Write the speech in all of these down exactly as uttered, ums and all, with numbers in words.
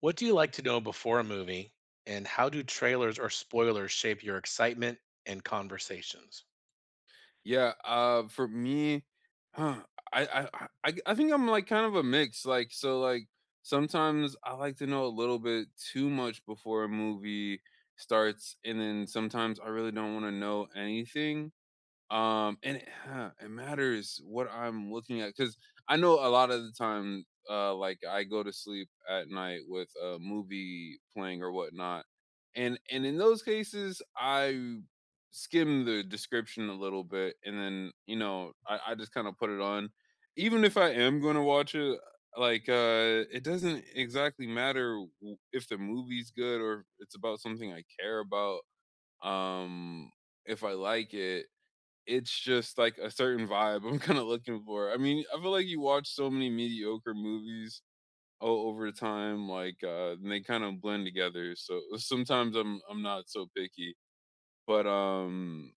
What do you like to know before a movie, and how do trailers or spoilers shape your excitement and conversations? Yeah, uh, for me, I I I I I think I'm like kind of a mix. Like, so like sometimes I like to know a little bit too much before a movie starts, and then sometimes I really don't want to know anything. Um, and it, huh, it matters what I'm looking at because I know a lot of the time, uh, like I go to sleep at night with a movie playing or whatnot, and and in those cases, I skim the description a little bit, and then you know I, I just kind of put it on, even if I am going to watch it. Like, uh, it doesn't exactly matter w- if the movie's good or if it's about something I care about. Um, if I like it, it's just, like, a certain vibe I'm kinda looking for. I mean, I feel like you watch so many mediocre movies o over the time, like, uh, and they kinda blend together, so sometimes I'm I'm not so picky, but, um,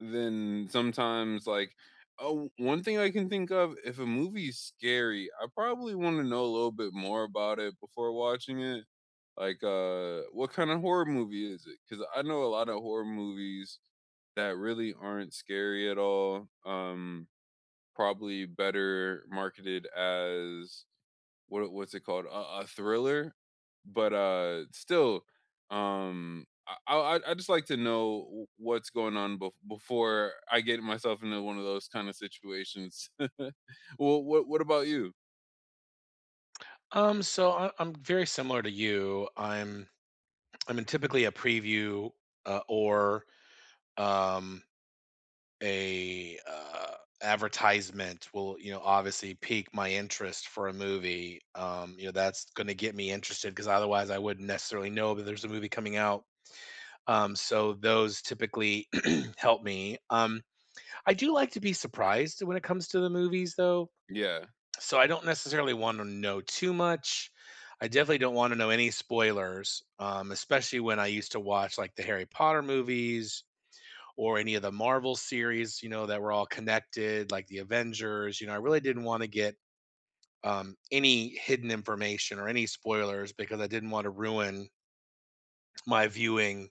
then sometimes, like oh, one thing I can think of, if a movie's scary, I probably wanna know a little bit more about it before watching it. Like, uh, what kinda horror movie is it? Because I know a lot of horror movies that really aren't scary at all. Um, probably better marketed as what what's it called? A, a thriller, but uh, still, um, I, I I just like to know w- what's going on bef- before I get myself into one of those kind of situations. Well, what what about you? Um, so I, I'm very similar to you. I'm I'm in typically a preview uh, or um, a uh, advertisement will, you know, obviously pique my interest for a movie. Um, you know that's going to get me interested because otherwise I wouldn't necessarily know that there's a movie coming out. Um, so those typically help me. Um, I do like to be surprised when it comes to the movies, though. Yeah, So I don't necessarily want to know too much. I definitely don't want to know any spoilers, um, especially when I used to watch like the Harry Potter movies or any of the Marvel series, you know, that were all connected, like the Avengers. You know, I really didn't want to get um, any hidden information or any spoilers because I didn't want to ruin my viewing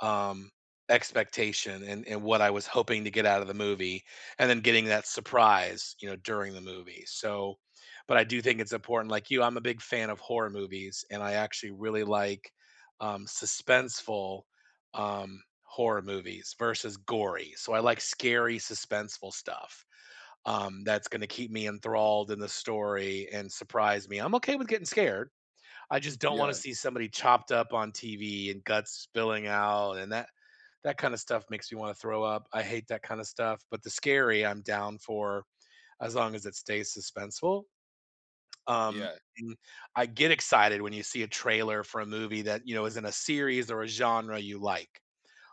um, expectation, and, and what I was hoping to get out of the movie, and then getting that surprise, you know, during the movie. So, but I do think it's important. Like you, I'm a big fan of horror movies, and I actually really like um, suspenseful um, horror movies versus gory. So I like scary, suspenseful stuff um, that's going to keep me enthralled in the story and surprise me. I'm okay with getting scared. I just don't want to yeah, see somebody chopped up on T V and guts spilling out, and that that kind of stuff makes me want to throw up. I hate that kind of stuff, but the scary I'm down for as long as it stays suspenseful. Um, yeah. and I get excited when you see a trailer for a movie that, you know, is in a series or a genre you like.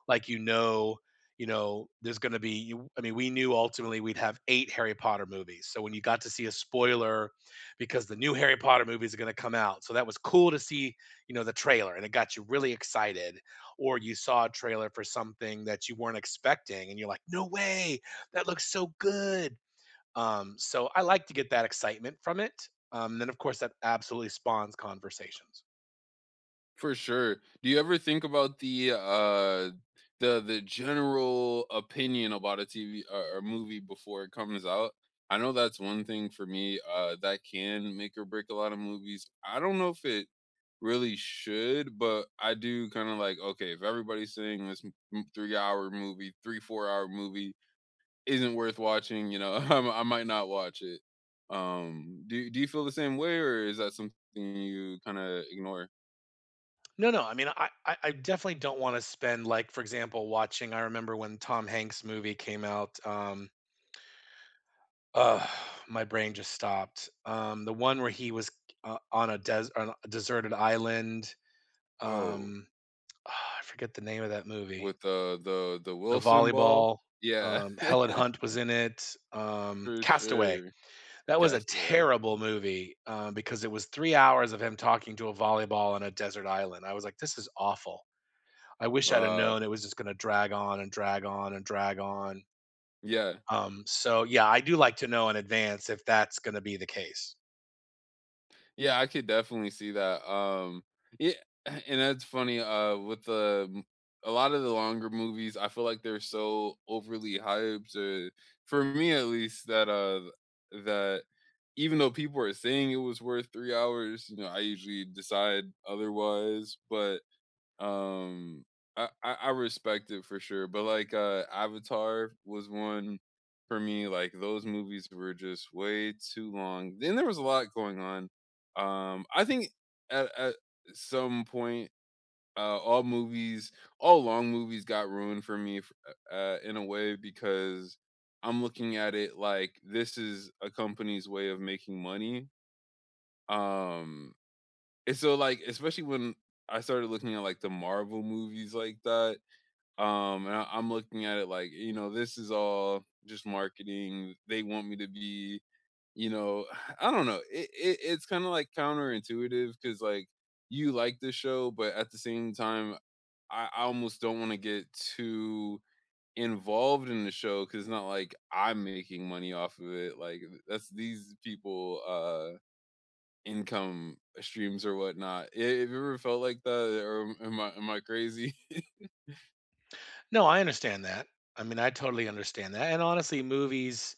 Like, you know, you know there's going to be, you, I mean, we knew ultimately we'd have eight Harry Potter movies, so when you got to see a spoiler because the new Harry Potter movies are going to come out, so that was cool to see, you know, the trailer, and it got you really excited. Or you saw a trailer for something that you weren't expecting and you're like, no way, that looks so good. Um so I like to get that excitement from it. Um and then of course that absolutely spawns conversations. For sure. Do you ever think about the, uh the the general opinion about a T V or or movie before it comes out? I know that's one thing for me, uh, that can make or break a lot of movies. I don't know if it really should, but I do kinda like, "Okay, if everybody's saying this m m three-hour movie, three, four-hour movie isn't worth watching," you know, I'm I might not watch it. Um, do do you feel the same way, or is that something you kinda ignore? No, no. I mean, I, I I definitely don't want to spend like, for example, watching. I remember when Tom Hanks movie came out. Um, uh, my brain just stopped. Um, the one where he was uh, on a des on a deserted island. Oh. Um, ah, I forget the name of that movie. With the the the The Wilson ball? volleyball. Yeah. Um, Helen Hunt was in it. Um, For Castaway. sure. That was a Castaway, okay. terrible movie um, because it was three hours of him talking to a volleyball on a desert island. I was like, this is awful. I wish I'd have Uh, known it was just gonna drag on and drag on and drag on. Yeah. Um, so yeah, I do like to know in advance if that's gonna be the case. Yeah, I could definitely see that, um, yeah, and that's funny, uh, with the m a lot of the longer movies, I feel like they're so overly hyped, uh, for me at least, that, uh, that even though people are saying it was worth three hours, you know, I usually decide otherwise, but Um, I, I I respect it for sure, but like uh, Avatar was one for me. Like those movies were just way too long. Then there was a lot going on. Um, I think at, at some point, uh, all movies, all long movies, got ruined for me, f- uh, in a way because I'm looking at it like this is a company's way of making money. Um, and so, like, especially when I started looking at like the Marvel movies like that, um, and I, I'm looking at it like, you know, this is all just marketing. They want me to be, you know, I don't know. It, it it's kind of like counterintuitive because like you like the show, but at the same time, I, I almost don't want to get too involved in the show because it's not like I'm making money off of it. Like that's these people uh Income streams or whatnot. I have you ever felt like that, or am I am I crazy? No, I understand that. I mean, I totally understand that. And honestly, movies,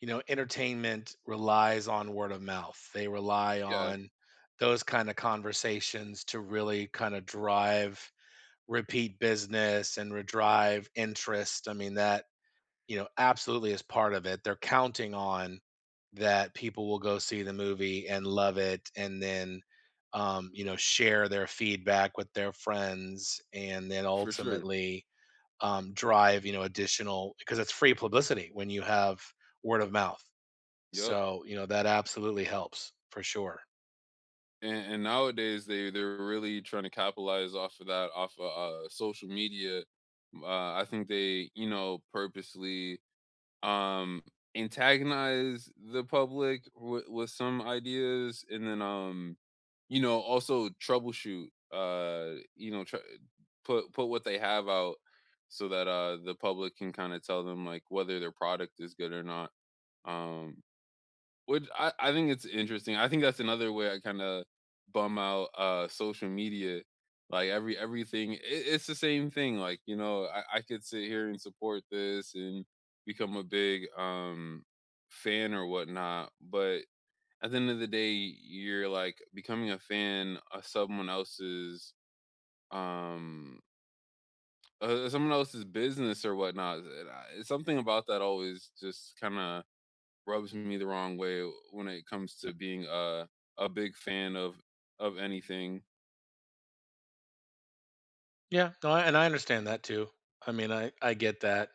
you know, entertainment relies on word of mouth. They rely Yeah, on those kind of conversations to really kind of drive repeat business and re- drive interest. I mean, that, you know, absolutely is part of it. They're counting on that people will go see the movie and love it, and then um, you know, share their feedback with their friends, and then for sure. ultimately um, drive, you know, additional because it's free publicity when you have word of mouth. Yep, So, you know, that absolutely helps for sure. and and nowadays, they they're really trying to capitalize off of that, off of, uh, social media. Uh, I think they, you know, purposely um antagonize the public with, with some ideas, and then um you know also troubleshoot, uh you know tr- put put what they have out so that uh the public can kind of tell them like whether their product is good or not. Um which I I think it's interesting. I think that's another way I kinda bum out, uh, social media. Like, every everything I it's the same thing, like, you know, I I could sit here and support this and become a big, um, fan or whatnot, but at the end of the day, you're, like, becoming a fan of someone else's, um, uh, someone else's business or whatnot, and I something about that always just kinda rubs me the wrong way when it comes to being a a big fan of of anything. Yeah, no, I, and I understand that too. I mean, I I get that.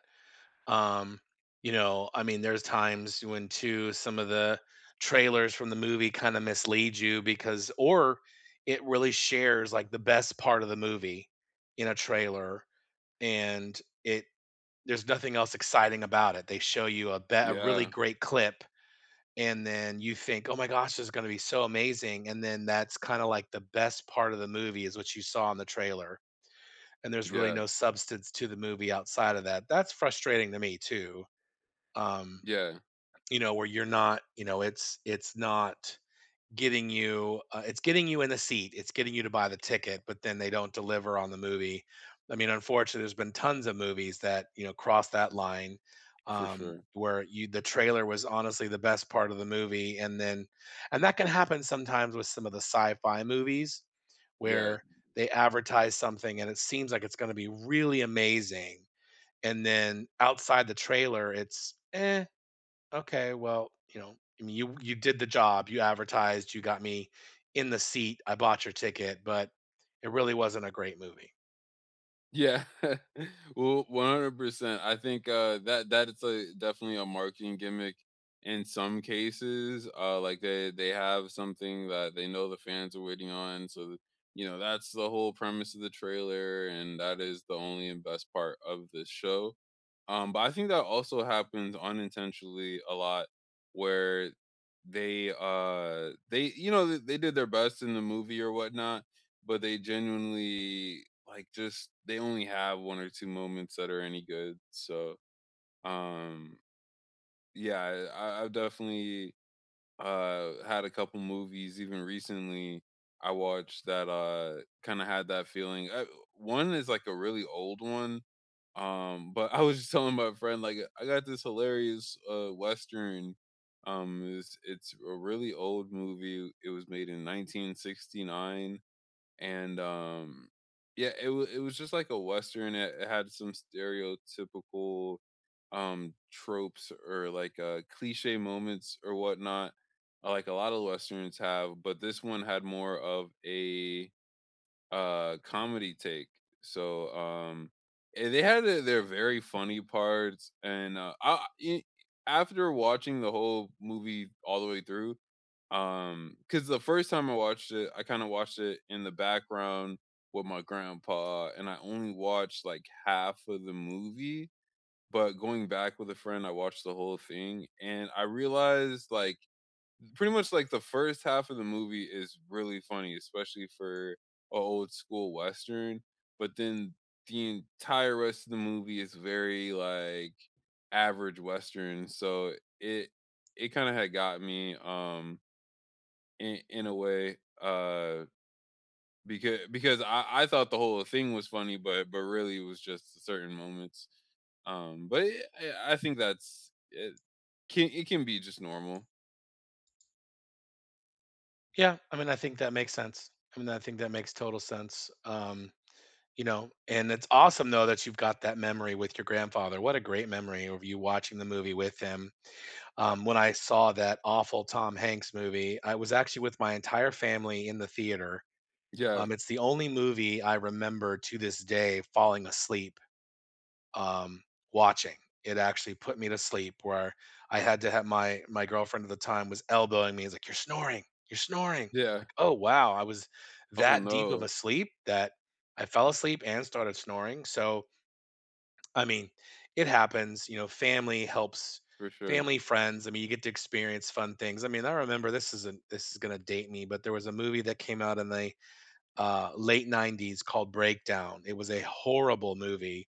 Um, you know, I mean, there's times when too some of the trailers from the movie kind of mislead you because, or it really shares like the best part of the movie in a trailer, and it there's nothing else exciting about it. They show you a be- a really Yeah, great clip, and then you think, oh my gosh, this is going to be so amazing, and then that's kind of like the best part of the movie is what you saw in the trailer. And there's really yeah, no substance to the movie outside of that. That's frustrating to me too. Um, yeah, you know, where you're not, you know, it's it's not getting you, uh, it's getting you in the seat, it's getting you to buy the ticket, but then they don't deliver on the movie. I mean, unfortunately, there's been tons of movies that, you know, cross that line, for um sure. where you the trailer was honestly the best part of the movie. And then and that can happen sometimes with some of the sci-fi movies Yeah. where they advertise something and it seems like it's going to be really amazing, and then outside the trailer it's eh. Okay, well, you know, I mean, you you did the job. You advertised. You got me in the seat. I bought your ticket, but it really wasn't a great movie. Yeah. Well, one hundred percent. I think, uh, that that it's a definitely a marketing gimmick in some cases, uh, like, they they have something that they know the fans are waiting on, so, th- you know, that's the whole premise of the trailer, and that is the only and best part of this show. Um, but I think that also happens unintentionally a lot where they, uh, they you know, they they did their best in the movie or whatnot, but they genuinely like just they only have one or two moments that are any good. So um yeah, I, I've definitely uh had a couple movies even recently I watched that uh kind of had that feeling. I, one is like a really old one. Um but I was just telling my friend like I got this hilarious uh western. Um it's, it's a really old movie. It was made in nineteen sixty-nine, and um yeah it, wa it was just like a western. It, it had some stereotypical um tropes or like uh cliche moments or whatnot, uh, like a lot of westerns have, but this one had more of a uh comedy take. So um eh, they had their, their very funny parts, and uh I, I- after watching the whole movie all the way through, um cuz the first time I watched it I kind of watched it in the background with my grandpa and I only watched like half of the movie, but going back with a friend I watched the whole thing and I realized like pretty much like the first half of the movie is really funny, especially for a old school western. But then the entire rest of the movie is very like average western. So it it kind of had got me um in, in a way uh because because I, I thought the whole thing was funny, but but really it was just certain moments. Um, but it, I I think that's it can, it can be just normal. Yeah, I mean, I think that makes sense. I mean, I think that makes total sense. Um, you know, and it's awesome though that you've got that memory with your grandfather. What a great memory of you watching the movie with him. Um, when I saw that awful Tom Hanks movie, I was actually with my entire family in the theater. Yeah, Um, it's the only movie I remember to this day falling asleep um, watching. It actually put me to sleep where I had to have my, my girlfriend at the time was elbowing me. He's like, "You're snoring. You're snoring." yeah. Like, "Oh, wow." I was Oh that deep of a no, sleep that I fell asleep and started snoring. So, I mean, it happens. You know, family helps, for sure. family, friends. I mean, you get to experience fun things. I mean, I remember, this isn't, this is going to date me, but there was a movie that came out in the uh, late nineties called Breakdown. It was a horrible movie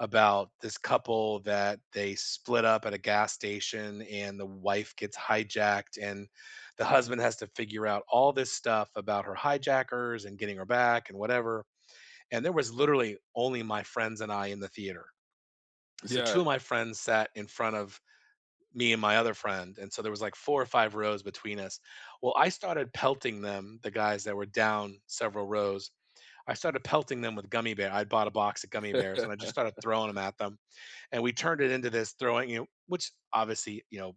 about this couple that they split up at a gas station, and the wife gets hijacked, and the husband has to figure out all this stuff about her hijackers and getting her back and whatever. And there was literally only my friends and I in the theater, so two Yeah. of my friends sat in front of me and my other friend, and so there was like four or five rows between us. Well, I started pelting them, the guys that were down several rows. I started pelting them with gummy bear, I bought a box of gummy bears and I just started throwing them at them, and we turned it into this throwing, you know, which obviously, you know,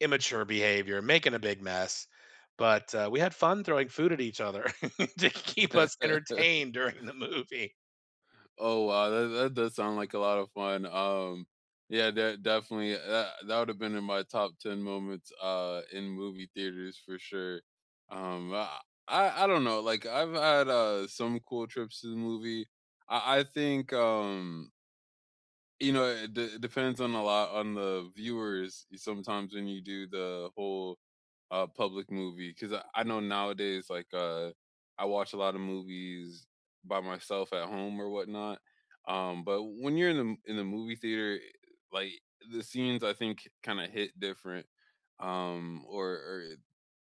immature behavior, making a big mess, but uh, we had fun throwing food at each other to keep us entertained during the movie. Oh, wow, that that does sound like a lot of fun, um, yeah, de definitely, that that would have been in my top ten moments, uh, in movie theaters for sure, um, I I I don't know, like, I've had, uh, some cool trips to the movie, I I think, um, you know, it de depends on a lot on the viewers sometimes when you do the whole a public movie because I, I know nowadays like uh I watch a lot of movies by myself at home or whatnot. Um but when you're in the in the movie theater, like, the scenes I think kind of hit different, um or, or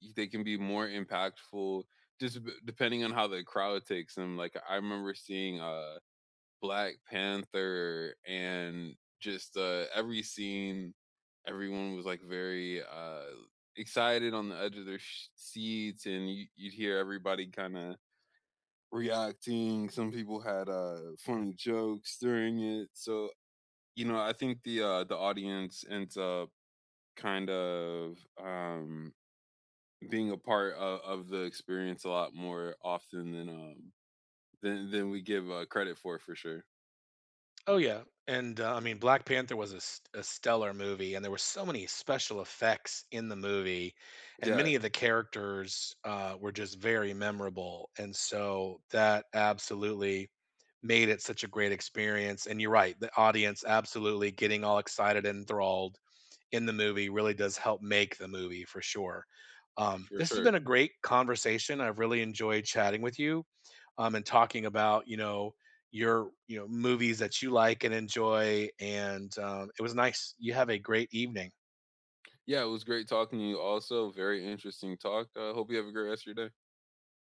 y- they can be more impactful, just b- depending on how the crowd takes them. Like I remember seeing uh Black Panther, and just, uh, every scene, everyone was, like, very, uh, excited on the edge of their sh seats, and you you'd hear everybody kinda reacting. Some people had, uh, funny jokes during it. So, you know, I think the, uh, the audience ends up kind of, um, being a part o of the experience a lot more often than, um, than than we give, uh, credit for, for sure. Oh, yeah. And uh, I mean, Black Panther was a, st- a stellar movie, and there were so many special effects in the movie, and Yeah, many of the characters uh, were just very memorable, and so that absolutely made it such a great experience. And you're right, the audience absolutely getting all excited and enthralled in the movie really does help make the movie for sure. Um, for this has sure. been a great conversation. I've really enjoyed chatting with you, um, and talking about, you know, your, you know, movies that you like and enjoy. And um, it was nice. You have a great evening. Yeah, it was great talking to you also. Very interesting talk. I uh, hope you have a great rest of your day.